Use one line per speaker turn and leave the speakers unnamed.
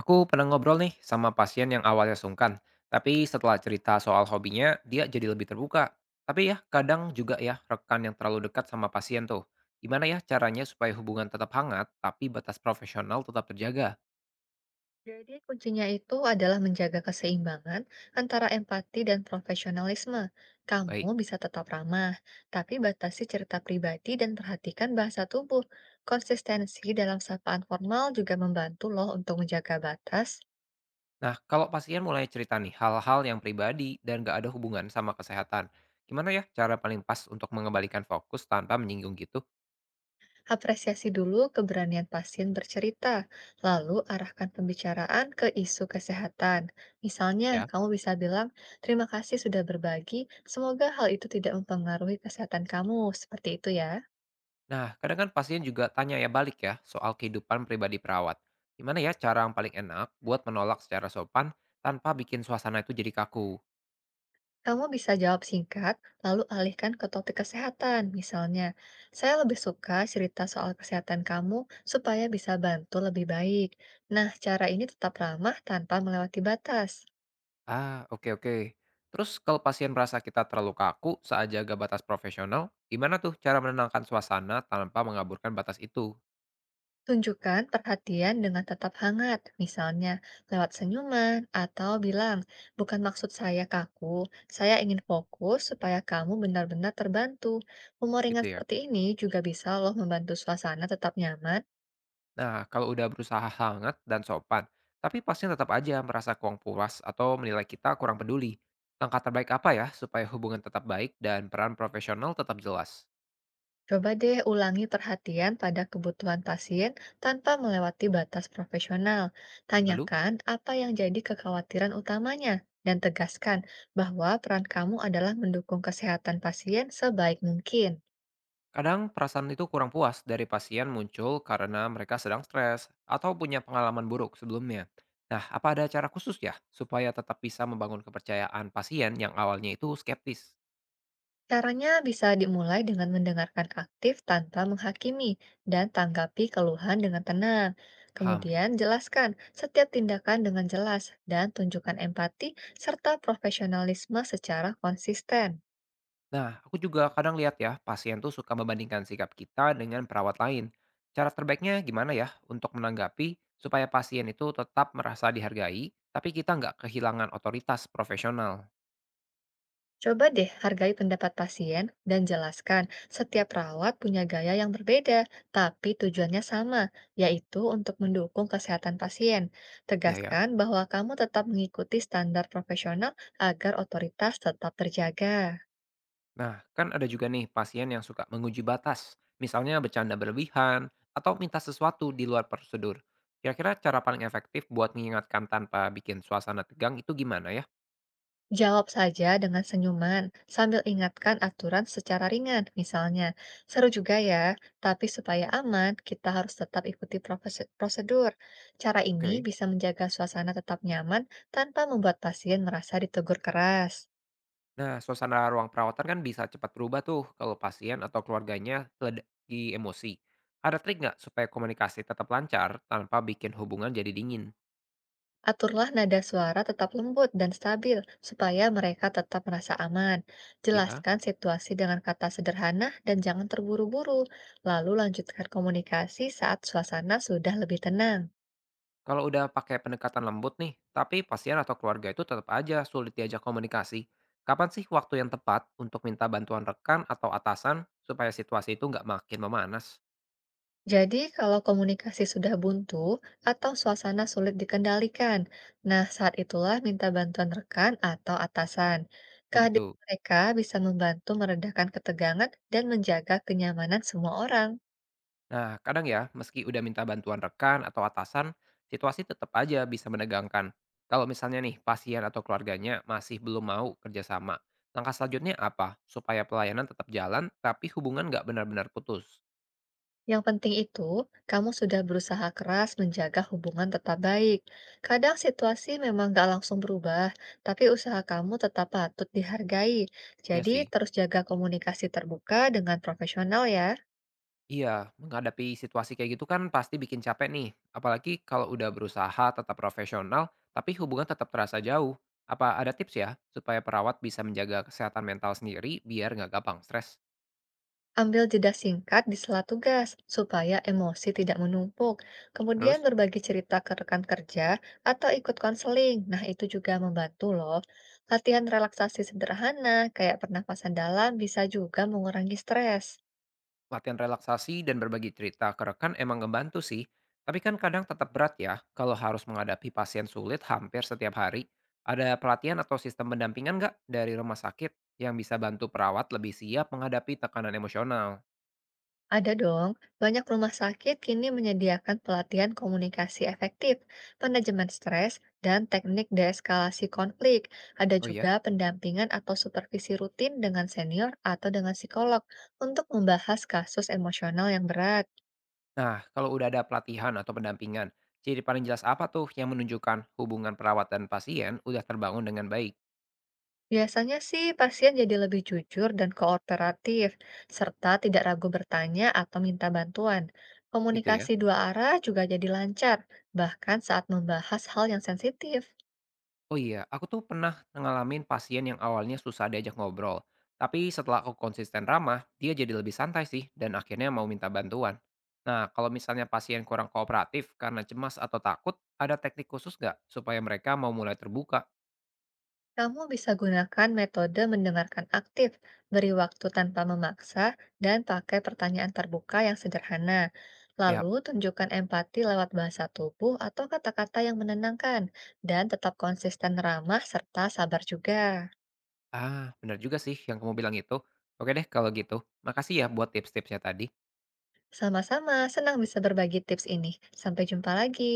Aku pernah ngobrol nih sama pasien yang awalnya sungkan, tapi setelah cerita soal hobinya, dia jadi lebih terbuka. Tapi ya, kadang juga ya rekan yang terlalu dekat sama pasien tuh. Gimana ya caranya supaya hubungan tetap hangat, tapi batas profesional tetap terjaga?
Jadi kuncinya itu adalah menjaga keseimbangan antara empati dan profesionalisme. Kamu
Baik.
bisa tetap ramah, tapi batasi cerita pribadi dan perhatikan bahasa tubuh. Konsistensi dalam sapaan formal juga membantu loh untuk menjaga batas.
Nah, kalau pasien mulai cerita nih hal-hal yang pribadi dan gak ada hubungan sama kesehatan, gimana ya cara paling pas untuk mengembalikan fokus tanpa menyinggung gitu?
Apresiasi dulu keberanian pasien bercerita, lalu arahkan pembicaraan ke isu kesehatan. Misalnya,
Ya.
kamu bisa bilang, "Terima kasih sudah berbagi. Semoga hal itu tidak mempengaruhi kesehatan kamu." Seperti itu ya.
Nah, kadang kan pasien juga tanya ya balik ya soal kehidupan pribadi perawat. Gimana ya cara yang paling enak buat menolak secara sopan tanpa bikin suasana itu jadi kaku?
Kamu bisa jawab singkat, lalu alihkan ke topik kesehatan. Misalnya, saya lebih suka cerita soal kesehatan kamu supaya bisa bantu lebih baik. Nah, cara ini tetap ramah tanpa melewati batas.
Ah, oke, oke. Terus kalau pasien merasa kita terlalu kaku saat jaga batas profesional, gimana tuh cara menenangkan suasana tanpa mengaburkan batas itu?
Tunjukkan perhatian dengan tetap hangat, misalnya lewat senyuman atau bilang, "Bukan maksud saya kaku, saya ingin fokus supaya kamu benar-benar terbantu." Humor
Gitu
ringan
ya.
seperti ini juga bisa loh membantu suasana tetap nyaman.
Nah, kalau udah berusaha hangat dan sopan, tapi pasien tetap aja merasa kurang puas atau menilai kita kurang peduli. Langkah terbaik apa ya supaya hubungan tetap baik dan peran profesional tetap jelas?
Coba deh ulangi perhatian pada kebutuhan pasien tanpa melewati batas profesional.
Lalu?
Tanyakan apa yang jadi kekhawatiran utamanya dan tegaskan bahwa peran kamu adalah mendukung kesehatan pasien sebaik mungkin.
Kadang perasaan itu kurang puas dari pasien muncul karena mereka sedang stres atau punya pengalaman buruk sebelumnya. Nah, apa ada cara khusus ya supaya tetap bisa membangun kepercayaan pasien yang awalnya itu skeptis?
Caranya bisa dimulai dengan mendengarkan aktif tanpa menghakimi dan tanggapi keluhan dengan tenang.
Paham.
Kemudian jelaskan setiap tindakan dengan jelas dan tunjukkan empati serta profesionalisme secara konsisten.
Nah, aku juga kadang lihat ya, pasien tuh suka membandingkan sikap kita dengan perawat lain. Cara terbaiknya gimana ya untuk menanggapi supaya pasien itu tetap merasa dihargai, tapi kita nggak kehilangan otoritas profesional?
Coba deh hargai pendapat pasien dan jelaskan setiap perawat punya gaya yang berbeda, tapi tujuannya sama, yaitu untuk mendukung kesehatan pasien.
Ya, ya.
Tegaskan bahwa kamu tetap mengikuti standar profesional agar otoritas tetap terjaga.
Nah, kan ada juga nih pasien yang suka menguji batas, misalnya bercanda berlebihan atau minta sesuatu di luar prosedur. Kira-kira cara paling efektif buat mengingatkan tanpa bikin suasana tegang itu gimana ya?
Jawab saja dengan senyuman sambil ingatkan aturan secara ringan, misalnya. Seru juga ya, tapi supaya aman, kita harus tetap ikuti prosedur. Cara ini
Oke.
bisa menjaga suasana tetap nyaman tanpa membuat pasien merasa ditegur keras.
Nah, suasana ruang perawatan kan bisa cepat berubah tuh kalau pasien atau keluarganya lagi emosi. Ada trik nggak supaya komunikasi tetap lancar tanpa bikin hubungan jadi dingin?
Aturlah nada suara tetap lembut dan stabil supaya mereka tetap merasa aman.
Ya.
Jelaskan situasi dengan kata sederhana dan jangan terburu-buru. Lalu lanjutkan komunikasi saat suasana sudah lebih tenang.
Kalau udah pakai pendekatan lembut nih, tapi pasien atau keluarga itu tetap aja sulit diajak komunikasi. Kapan sih waktu yang tepat untuk minta bantuan rekan atau atasan supaya situasi itu nggak makin memanas?
Jadi, kalau komunikasi sudah buntu atau suasana sulit dikendalikan, nah saat itulah minta bantuan rekan atau atasan.
Oh
Kehadiran
gitu.
mereka bisa membantu meredakan ketegangan dan menjaga kenyamanan semua orang.
Nah, kadang ya, meski udah minta bantuan rekan atau atasan, situasi tetap aja bisa menegangkan. Kalau misalnya nih, pasien atau keluarganya masih belum mau kerjasama, langkah selanjutnya apa? Supaya pelayanan tetap jalan, tapi hubungan nggak benar-benar putus.
Yang penting itu, kamu sudah berusaha keras menjaga hubungan tetap baik. Kadang situasi memang gak langsung berubah, tapi usaha kamu tetap patut dihargai.
Ya
Jadi,
sih.
terus jaga komunikasi terbuka dengan profesional ya.
Iya, menghadapi situasi kayak gitu kan pasti bikin capek nih. Apalagi kalau udah berusaha tetap profesional, tapi hubungan tetap terasa jauh. Apa ada tips ya supaya perawat bisa menjaga kesehatan mental sendiri biar nggak gampang stres?
Ambil jeda singkat di sela tugas supaya emosi tidak menumpuk. Kemudian
Terus,
berbagi cerita ke rekan kerja atau ikut konseling. Nah, itu juga membantu loh. Latihan relaksasi sederhana kayak pernapasan dalam bisa juga mengurangi stres.
latihan relaksasi dan berbagi cerita ke rekan emang ngebantu sih. Tapi kan kadang tetap berat ya kalau harus menghadapi pasien sulit hampir setiap hari. Ada pelatihan atau sistem pendampingan nggak dari rumah sakit yang bisa bantu perawat lebih siap menghadapi tekanan emosional?
Ada dong, banyak rumah sakit kini menyediakan pelatihan komunikasi efektif, manajemen stres, dan teknik deeskalasi konflik. Ada
Oh
juga
iya?
pendampingan atau supervisi rutin dengan senior atau dengan psikolog untuk membahas kasus emosional yang berat.
Nah, kalau udah ada pelatihan atau pendampingan, ciri paling jelas apa tuh yang menunjukkan hubungan perawat dan pasien udah terbangun dengan baik,
Biasanya sih pasien jadi lebih jujur dan kooperatif, serta tidak ragu bertanya atau minta bantuan.
gitu ya?
Komunikasi dua arah juga jadi lancar, bahkan saat membahas hal yang sensitif.
Oh iya, aku tuh pernah ngalamin pasien yang awalnya susah diajak ngobrol, tapi setelah aku konsisten ramah, dia jadi lebih santai sih dan akhirnya mau minta bantuan. Nah, kalau misalnya pasien kurang kooperatif karena cemas atau takut, ada teknik khusus nggak supaya mereka mau mulai terbuka?
Kamu bisa gunakan metode mendengarkan aktif, beri waktu tanpa memaksa, dan pakai pertanyaan terbuka yang sederhana.
Tiap,
Lalu, tunjukkan empati lewat bahasa tubuh atau kata-kata yang menenangkan, dan tetap konsisten ramah serta sabar juga.
ah, benar juga sih yang kamu bilang itu. Oke deh kalau gitu, makasih ya buat tips-tipsnya tadi.
Sama-sama, senang bisa berbagi tips ini. Sampai jumpa lagi.